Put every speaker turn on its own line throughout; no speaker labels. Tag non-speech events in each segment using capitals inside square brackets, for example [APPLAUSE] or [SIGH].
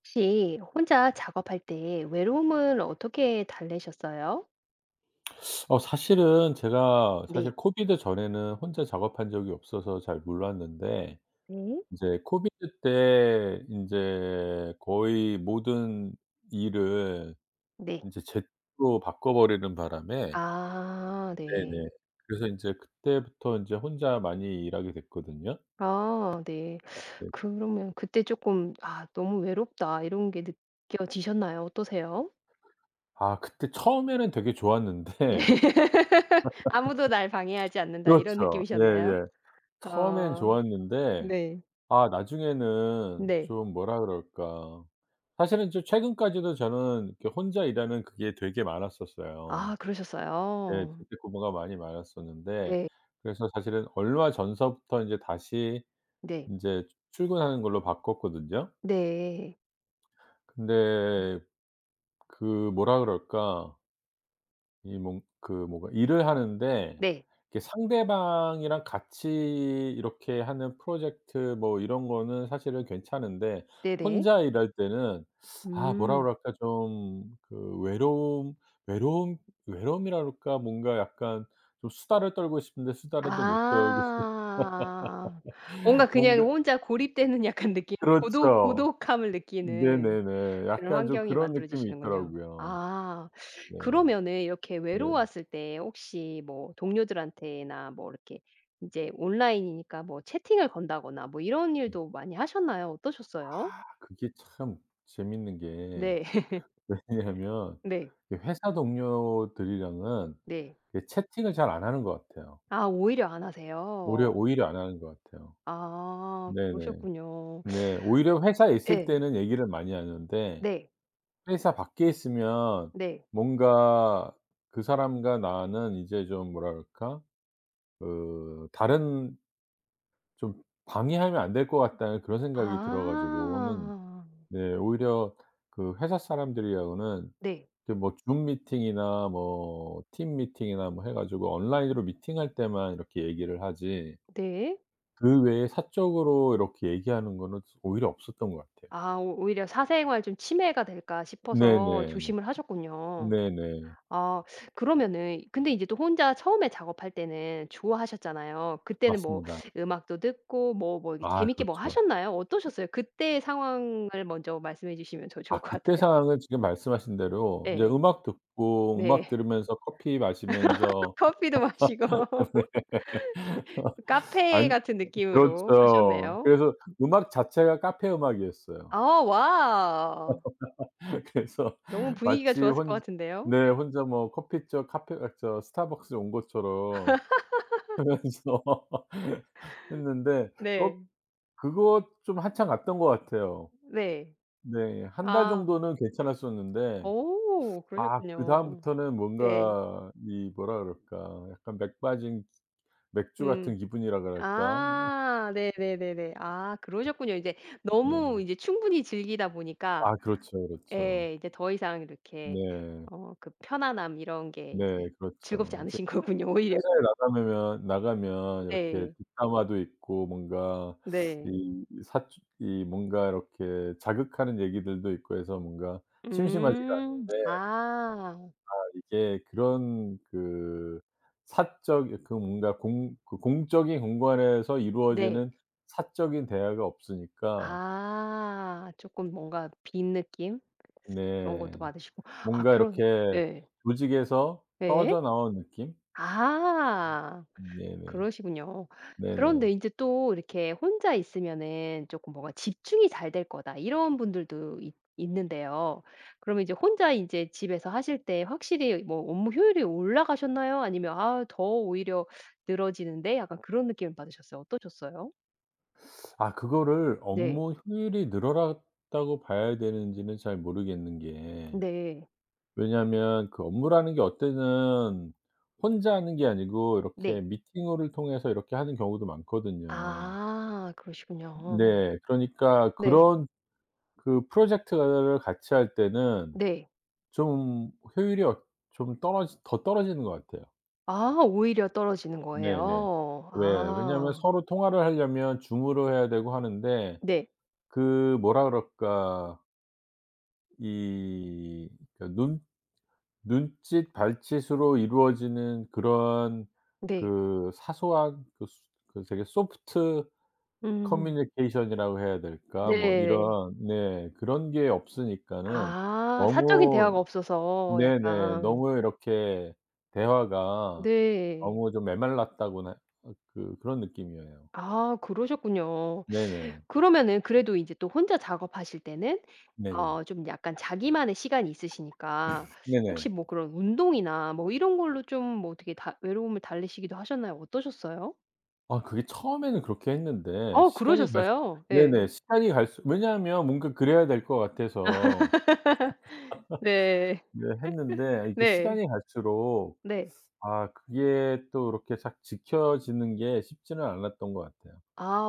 혹시 혼자 작업할 때 외로움을 어떻게 달래셨어요?
사실은 제가
네.
사실 코비드 전에는 혼자 작업한 적이 없어서 잘 몰랐는데,
네.
인제 코비드 때 인제 거의 모든 일을
네.
인제 재택으로 바꿔 버리는 바람에.
아
네네.
네.
그래서 인제 그때부터 인제 혼자 많이 일하게 됐거든요.
아 네.
네.
그러면 그때 쪼끔 '아 너무 외롭다.' 이런 게 느껴지셨나요? 어떠세요?
아, 그때 처음에는 되게
네.
좋았는데.
[LAUGHS] '아무도 날 방해하지 않는다.' 이런
그렇죠.
느낌이셨나요?
예예. 처음엔
아
좋았는데,
네.
아 나중에는
네.
좀 뭐라 그럴까. 사실은 좀 최근까지도 저는 이렇게 혼자 일하는 그게 되게 많았었어요.
아
예,
그러셨어요.
재택근무가 많이 많았었는데,
네.
그래서 사실은 얼마 전서부터 인제 다시
네.
인제 출근하는 걸로 바꿨거든요.
네.
근데 그 뭐라 그럴까. 이 뭔 그 뭐가 일을 하는데,
네.
이렇게 상대방이랑 같이 이렇게 하는 프로젝트 뭐 이런 거는 사실은 괜찮은데,
네네.
혼자 일할 때는 아 뭐라
음.
그럴까, 좀 그 외로움 외로움이라 그럴까? 뭔가 약간 좀 수다를 떨고 싶은데 수다를 또 못 떨고.
아. 뭔가
[LAUGHS]
그냥
뭔가.
혼자 고립되는 약간 느낌? 고독
그렇죠.
고독함을 느끼는
네네네.
그런
약간 좀
환경이
그런 느낌이
만들어지시는군요.
있더라고요.
아.
네.
그러면은 이렇게
네.
외로웠을 때 혹시 뭐 동료들한테나 뭐 이렇게 인제 온라인이니까 뭐 채팅을 건다거나 뭐 이런
네.
일도 많이 하셨나요? 어떠셨어요?
아 그게 참 재밌는 게.
네. [LAUGHS]
[LAUGHS] 왜냐하면
네.
이 회사 동료들이랑은
네.
이렇게 채팅을 잘 안 하는 것 같아요.
아 오히려 안
오히려
하세요?
오히려 안 하는 것 같아요.
아
네네.
그러셨군요.
네. 오히려 회사에 있을
예.
때는 얘기를 많이 하는데
네.
회사 밖에 있으면
네.
뭔가, 그 사람과 나는 이제 좀 뭐라 그럴까? 그 다른, 좀 방해하면 안 될 것 같다는 그런 생각이 들어 가지고는.
아.
네, 오히려 그 회사 사람들이하고는
네.
그 뭐 줌 미팅이나 뭐 팀 미팅이나 뭐 해 가지고 온라인으로 미팅할 때만 이렇게 얘기를 하지,
네.
그 외에 사적으로 이렇게 얘기하는 거는 오히려 없었던 것 같아요.
아 오 오히려 사생활 좀 침해가 될까 싶어서
네네.
조심을 하셨군요.
네네.
아 그러면은 근데 이제 또 혼자 처음에 작업할 때는 좋아하셨잖아요. 그때는 뭐
맞습니다.
음악도 듣고 뭐 뭐 이렇게
아
재밌게 뭐
그렇죠.
하셨나요? 어떠셨어요? 그때의 상황을 먼저 말씀해 주시면 더 좋을
아
것
그때
같아요. [LAUGHS]
상황은 지금 말씀하신 대로 인제
예예.
음악
네.
들으면서 커피 마시면서.
커피도 마시고
[LAUGHS]
[LAUGHS]
네.
카페
안
같은 느낌으로
그렇죠.
하셨네요.
그래서 음악 자체가 카페 음악이었어요.
아 와.
그래서
너무
[LAUGHS]
분위기가
마치
좋았을 것
혼
같은데요.
네, 혼자 뭐 커피숍, 카페, 아 저 스타벅스 온 것처럼 하면서 [LAUGHS] 했는데 꼭
네.
그거 좀 한참 갔던 것 같아요.
네.
네. 한 달
아.
정도는 괜찮았었는데,
오
아
그러셨군요.
그다음부터는
예.
뭔가 이 뭐라 그럴까, 약간 맥 빠진 맥주
음.
같은 기분이라 그럴까?
아 네네네네. 아 그러셨군요. 이제 너무
네.
이제 충분히 즐기다 보니까
아 그렇죠, 그렇죠.
예 이제 더 이상 이렇게
네.
어 그 편안함 이런 게
네
이제
그렇죠.
즐겁지
이제
않으신 [LAUGHS] 거군요 오히려.
회사에 나가면 이렇게
네.
뒷담화도 있고 뭔가
네.
이 사주 이 뭔가 이렇게 자극하는 얘기들도 있고 해서 뭔가 심심하지가
음.
않은데,
아
이게 그런 그 사적, 그 뭔가 공 그 공적인 공간에서
네.
이루어지는 사적인 대화가 없으니까.
아 조금 뭔가 빈 느낌 그런 것도
네.
받으시고 아
뭔가
그런
이렇게
네.
조직에서
네.
떨어져 나온 느낌?
아.
네네.
그러시군요. 그런데
네네.
인제 또 이렇게 혼자 있으면은 쪼끔 뭔가 '집중이 잘 될 거다.' 이런 분들도 있 있는데요. 그러면 이제 혼자 인제 집에서 하실 때 확실히 뭐 업무 효율이 올라가셨나요? 아니면 '아 더 오히려 늘어지는데?' 약간 그런 느낌을 받으셨어요? 어떠셨어요?
아 그거를
네.
업무 효율이 늘어났다고 봐야 되는지는 잘 모르겠는 게,
네.
왜냐하면 그 업무라는 게 어때는 혼자 하는 게 아니고 이렇게
네.
미팅을 통해서 이렇게 하는 경우도 많거든요.
아 그러시군요.
네. 그러니까
네.
그런, 그 프로젝트를 같이 할 때는
네.
좀 효율이 좀 떨어지 더 떨어지는 것 같아요.
아 오히려 떨어지는
네네.
거예요?
왜 왜냐하면
아.
서로 통화를 하려면 줌으로 해야 되고 하는데,
네.
그 뭐라 그럴까, 이 그 눈 눈짓 발짓으로 이루어지는 그런
네.
그 사소한 그 소 그 되게 소프트
음.
커뮤니케이션이라고 해야 될까? 뭐
네.
이런, 네 그런 게 없으니까는
아 사적인
너무.
대화가 없어서
네네.
약간
너무 이렇게 대화가
네.
너무 좀 메말랐다고나, 그 그런 느낌이에요.
아 그러셨군요.
네네.
그러면은 그래도 이제 또 혼자 작업하실 때는
네네.
어 좀 약간 자기만의 시간이 있으시니까 혹시
네네.
뭐 그런 운동이나 뭐 이런 걸로 좀 뭐 어떻게 다 외로움을 달래시기도 하셨나요? 어떠셨어요?
아 그게 처음에는 그렇게 했는데
어
시간이 갈수
그러셨어요? 네
네네. 시간이 갈수 왜냐하면 뭔가 그래야 될 것 같아서.
네.
네, 했는데 이게
네.
시간이 갈수록,
네.
아 그게 또 이렇게 싹 지켜지는 게 쉽지는 않았던 것 같아요.
아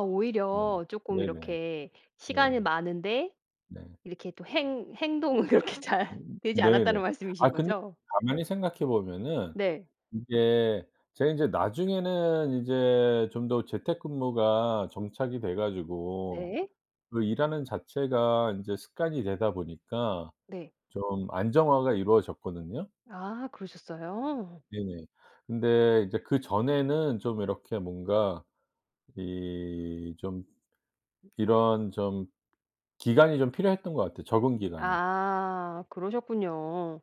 네.
오히려 조금
네네.
이렇게 시간이
네.
많은데
네.
이렇게 또 행 행동은 그렇게 잘 [LAUGHS] 되지
네네.
않았다는
아
말씀이신
근데
거죠?
가만히 생각해 보면은,
네.
이게 제가 인제 나중에는 이제 좀 더 재택근무가 정착이 돼 가지고
네.
그 일하는 자체가 인제 습관이 되다 보니까
네.
좀 안정화가 이루어졌거든요.
아 그러셨어요?
네네. 근데 이제 그전에는 좀 이렇게 뭔가 이 좀 이런 좀 기간이 좀 필요했던 것 같아요, 적응 기간이.
아 그러셨군요.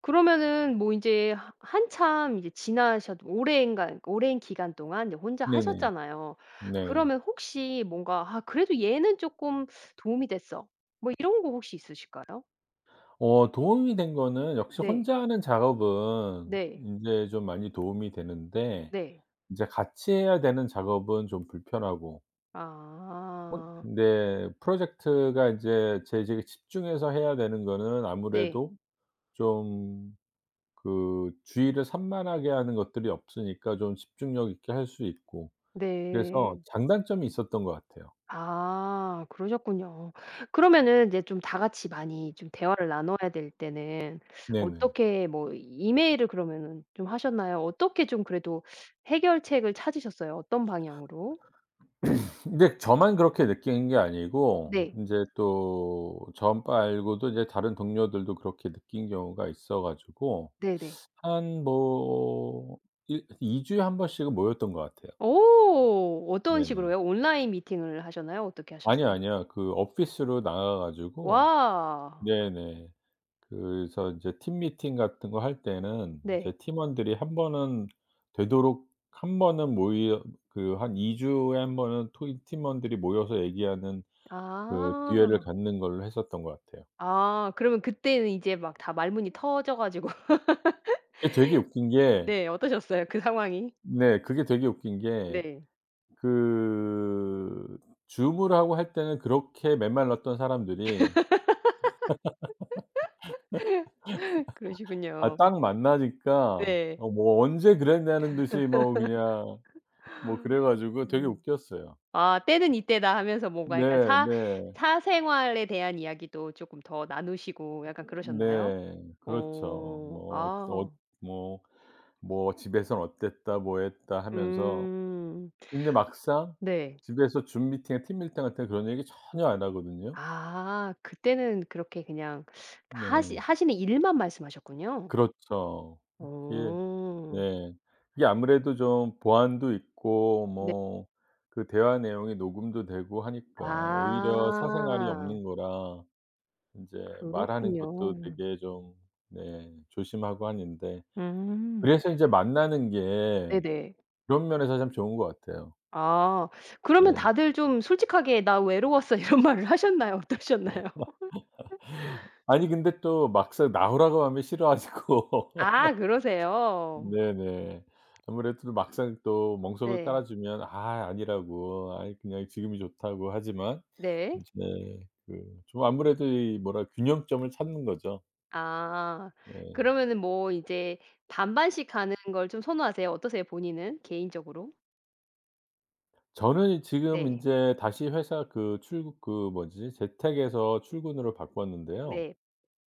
그러면은 뭐 인제 하 한참 이제 지나셨 오랜간 오랜 기간 동안 이제 혼자
네네.
하셨잖아요.
네.
그러면 혹시 뭔가 '아 그래도 얘는 쪼끔 도움이 됐어.' 뭐 이런 거 혹시 있으실까요?
도움이 된 거는 역시
네.
혼자 하는 작업은
네.
인제 좀 많이 도움이 되는데,
네.
인제 같이 해야 되는 작업은 좀 불편하고. 혼
아.
근데 프로젝트가 인제 제 지금 집중해서 해야 되는 거는
네.
아무래도 좀 그 주의를 산만하게 하는 것들이 없으니까 좀 집중력 있게 할 수 있고,
네.
그래서 장단점이 있었던 것 같아요.
아 그러셨군요. 그러면은 이제 좀 다 같이 많이 좀 대화를 나눠야 될 때는
네네.
어떻게 뭐 이메일을 그러면은 좀 하셨나요? 어떻게 좀 그래도 해결책을 찾으셨어요? 어떤 방향으로?
근데 저만 그렇게 느끼는 게 아니고
네.
인제 또 저 말고도 이제 다른 동료들도 그렇게 느낀 경우가 있어 가지고
네네.
한 뭐 일 2 주에 한 번씩은 모였던 것 같아요.
오. 어떤
네네.
식으로요? 온라인 미팅을 하셨나요? 어떻게
아니요,
하셨어요?
아니요. 그 오피스로 나가 가지고.
와.
네네. 그래서 이제 팀 미팅 같은 거 할 때는 이제
네.
팀원들이 한 번은 모여, 그 한 2 주에 한 번은 토이 팀원들이 모여서 얘기하는 그 기회를
아.
갖는 걸로 했었던 것 같아요.
아 그러면 그때는 이제 막 다 말문이 터져 가지고 [LAUGHS]
그게 되게 웃긴 게
네 어떠셨어요? 그 상황이?
네, 그게 되게 웃긴 게,
네.
그 줌을 하고 할 때는 그렇게 메말랐던 사람들이
[LAUGHS]
아
그러시군요.
딱 만나니까
네.
뭐 "언제 그랬냐."는 듯이 뭐 그냥 뭐 그래 가지고 되게
음.
웃겼어요.
아 때는 이때다 하면서 뭔가 약간
네
사
네.
사생활에 대한 이야기도 쪼끔 더 나누시고 약간 그러셨나요?
네. 그렇죠.
어.
뭐
아.
뭐 뭐 "집에선 어땠다. 뭐 했다." 하면서.
음.
근데 막상
네.
집에서 줌 미팅이나 팀 밀팅 할 때 그런 얘기 전혀 안 하거든요.
아 그때는 그렇게 그냥 하시
네.
하시는 일만 말씀하셨군요.
그렇죠. 그게
어.
네. 그게 아무래도 좀 보안도 있고
네.
뭐 그 대화 내용이 녹음도 되고 하니까 오히려 사생활이
아.
없는 거라 인제 말하는
그렇군요.
것도 되게 좀, 네, 조심하고 하는데,
음.
그래서 인제 만나는 게
네네.
그런 면에서 참 좋은 것 같아요.
아 그러면
네.
다들 좀 솔직하게 "나 외로웠어." [LAUGHS] 이런 말을 하셨나요? 어떠셨나요?
아니, 근데 또 막상 나오라고 하면 싫어하시고. [LAUGHS]
아 그러세요?
네네. 아무래도 또 막상 또 멍석을 깔아
네.
주면 "아 아니라고. 아 그냥 지금이 좋다."고 하지만,
네.
이제 그좀 아무래도 이 뭐라 균형점을 찾는 거죠.
아.
네.
그러면은 뭐 이제 반반씩 가는 걸 좀 선호하세요? 어떠세요 본인은 개인적으로?
저는 지금
네.
인제 다시 회사 그 출국 그 뭐지, 재택에서 출근으로 바꿨는데요.
네.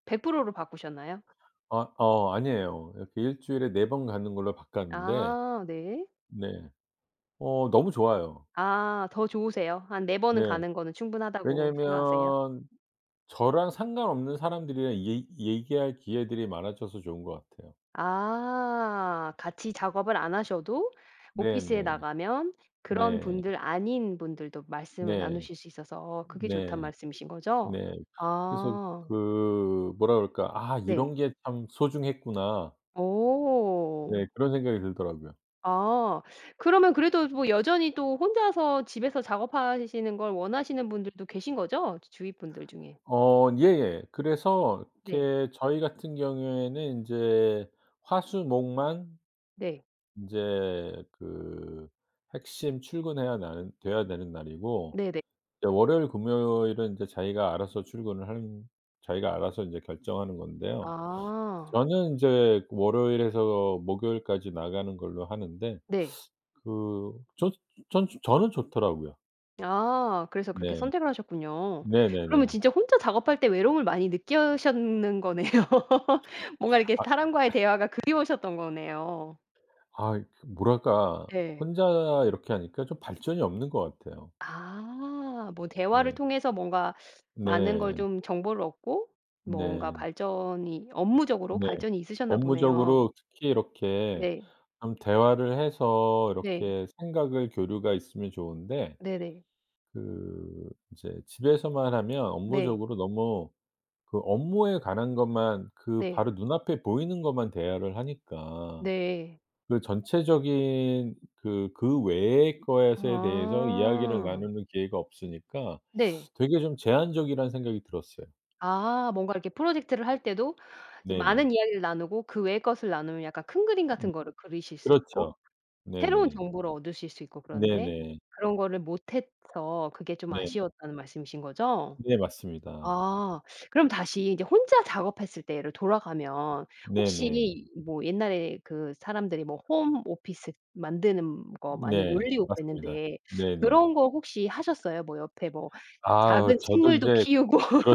100%로 바꾸셨나요?
아 아니에요. 이렇게 일 주일에 네 번 가는 걸로 바꿨는데.
아 네.
네. 너무 좋아요.
아 더 좋으세요? 한 4 번은
네.
가는 거는 충분하다고 생각하세요?
왜냐면 저랑 상관없는 사람들이랑 얘 얘기할 기회들이 많아져서 좋은 것 같아요.
아. 같이 작업을 안 하셔도 오피스에
네네.
나가면 그런
네.
분들 아닌 분들도 말씀을
네.
나누실 수 있어서 그게 좋단
네.
말씀이신 거죠?
네. 그래서
아
그 뭐라 그럴까, '아
네.
이런 게 참 소중했구나.'
오,
네 그런 생각이 들더라고요.
아. 그러면 그래도 뭐 여전히 또 혼자서 집에서 작업하시는 걸 원하시는 분들도 계신 거죠? 주위 분들 중에?
예예. 그래서
네.
이렇게 저희 같은 경우에는 인제 화수목만
네.
인제 그 핵심 출근해야 나는 돼야 되는 날이고,
네네.
네 월요일 금요일은 이제 자기가 알아서 인제 결정하는 건데요.
아.
저는 인제 월요일에서 목요일까지 나가는 걸로 하는데,
네.
그 저 전 저는 좋더라고요.
아 그래서 그렇게
네.
선택을 하셨군요. 그러면
네네네.
진짜 혼자 작업할 때 외로움을 많이 느끼셨는 거네요. [LAUGHS] 뭔가 이렇게
아
사람과의 대화가 그리우셨던 거네요.
아 그 뭐랄까,
네.
혼자 이렇게 하니까 좀 발전이 없는 것 같아요.
아. 뭐 대화를
네.
통해서 뭔가 많은 걸
네.
좀 정보를 얻고 뭔가
네.
발전이 업무적으로
네.
발전이 있으셨나 보네요.
업무적으로 특히 이렇게
네.
좀 대화를 해서
네.
이렇게 생각을 교류가 있으면 좋은데,
네네.
그 이제 집에서만 하면
네.
업무적으로 너무 그 업무에 관한 것만, 그
네. 네.
바로 눈앞에 보이는 것만 대화를 하니까
네.
그 전체적인 그 그 외의 것에 대해서 이야기를
아.
나누는 기회가 없으니까
네.
되게 좀 제한적이라는 생각이 들었어요.
아 뭔가 이렇게 프로젝트를 할 때도
네네.
많은 이야기를 나누고 그 외의 것을 나누면 약간 큰 그림
음.
같은 거를 그리실 수 있고
그렇죠.
새로운
네네.
정보를 얻으실 수 있고 그런데
네네.
그런 거를 못 해서 그게 좀
네.
아쉬웠다는 말씀이신 거죠?
네 맞습니다.
아. 그럼 다시 이제 혼자 작업했을 때로 돌아가면
네네.
혹시 뭐 옛날에 그 사람들이 뭐 홈 오피스 만드는 거 많이
네.
올리고
맞습니다.
그랬는데
네네.
그런 거 혹시 하셨어요? 뭐 옆에 뭐
아
작은
저도
식물도
인제
키우고
그렇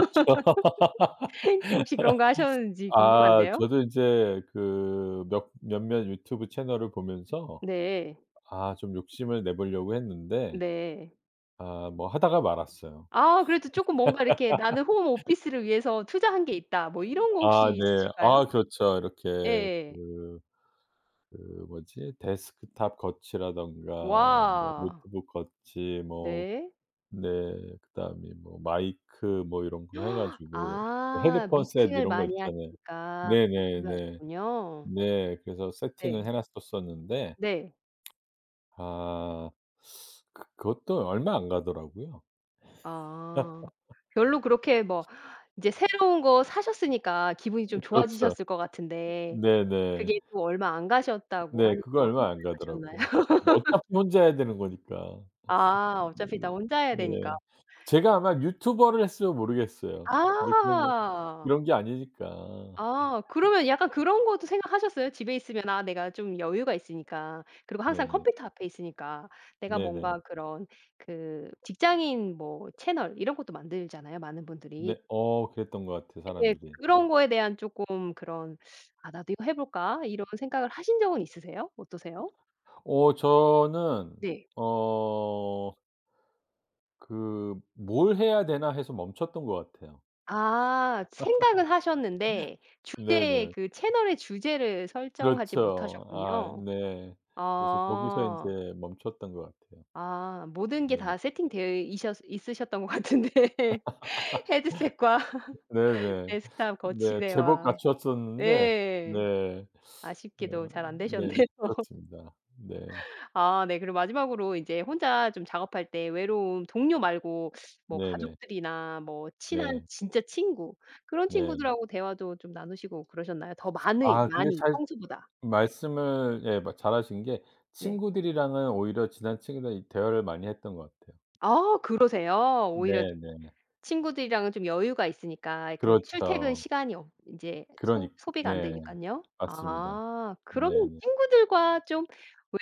[LAUGHS] 그 혹시 그런 거 하셨는지
아
궁금한데요?
저도 이제 그 몇 몇몇 유튜브 채널을 보면서
네.
아 좀 욕심을 내 보려고 했는데
네.
아 뭐 하다가 말았어요.
아 그래도 쪼끔 뭔가 이렇게 '나는 홈 오피스를 위해서 투자한 게 있다.' 뭐 이런 거
아
혹시
네.
있으실까요?
아 그렇죠. 이렇게
예.
그 그 뭐지, 데스크탑 거치라든가 뭐
와.
노트북 거치 뭐,
네.
네, 그다음에 뭐 마이크 뭐 이런 거 해 가지고
아
헤드폰 셋
미팅을
이런 거
많이
있잖아요.
하시니까 마이크를
네네네.
하셨군요.
네. 그래서 세팅을
네.
해 놨었었는데,
네.
아. 그것도 얼마 안 가더라고요.
아.
[LAUGHS]
별로 그렇게 뭐 이제 새로운 거 사셨으니까 기분이 좀
그렇죠.
좋아지셨을 것 같은데
네네.
그게 또 얼마 안 가셨다고
네.
하니까
그거
뭐 한
얼마 안
달
가더라고요.
가셨나요?
어차피 혼자 해야 되는 거니까.
아
네.
어차피 다 혼자 해야
예.
되니까.
예. 제가 아마 유튜버를 했으면 모르겠어요. 근데
아.
그런 게 아니니까.
아 그러면 약간 그런 것도 생각하셨어요? 집에 있으면 아 내가 좀 여유가 있으니까 그리고 항상
네네.
컴퓨터 앞에 있으니까 내가
네네.
뭔가 그런 그 직장인 뭐 채널 이런 것도 만들잖아요, 많은 분들이.
네. 그랬던 것 같아요,
예.
사람들이.
그런 거에 대한 쪼끔 그런 '아 나도 이거 해 볼까?' 이런 생각을 하신 적은 있으세요? 어떠세요?
저는
네.
어 '뭘 해야 되나?' 해서 멈췄던 것 같아요.
아 생각은 하셨는데 주제
네네.
그 채널의 주제를 설정하지
그렇죠. 아
못하셨군요.
네. 그래서 거기서 인제
아.
멈췄던 것 같아요.
아 모든 게
네.
다 세팅되어 이셨 있으셨던 것 같은데 [LAUGHS] 헤드셋과
네네.
데스크탑
네. 제법
거치대와
갖추었었는데.
네
네.
아쉽게도
어
잘 안 되셨네요.
네.
[LAUGHS]
그렇습니다. 네.
아 네 그리고 마지막으로 인제 혼자 좀 작업할 때 외로움 동료 말고 뭐
네네.
가족들이나 뭐 친한
네.
진짜 친구 그런
네.
친구들하고 대화도 좀 나누시고 그러셨나요? 더 많이
아 근데
많이
잘
평소보다.
말씀을 예 마 잘하신 게,
네.
친구들이랑은 오히려 지난 친구들이랑 이 대화를 많이 했던 것 같아요.
아 그러세요? 오히려
네네.
친구들이랑은 좀 여유가 있으니까 그 출퇴근
그렇죠.
시간이 없 인제
그러니.
소 소비가 안
네.
되니깐요.
맞습니다.
아 그러면
네네.
친구들과 좀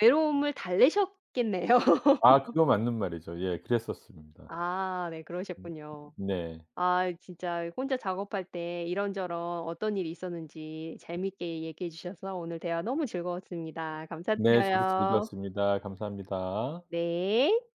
외로움을 달래셨겠네요. [LAUGHS]
아 그거 맞는 말이죠. 예. 그랬었습니다.
아 네
음.
그러셨군요.
네.
아 진짜 혼자 작업할 때 이런저런 어떤 일이 있었는지 재밌게 얘기해 주셔서 오늘 대화 너무 즐거웠습니다.
네 저도
감사드려요.
즐거웠습니다. 감사합니다.
네.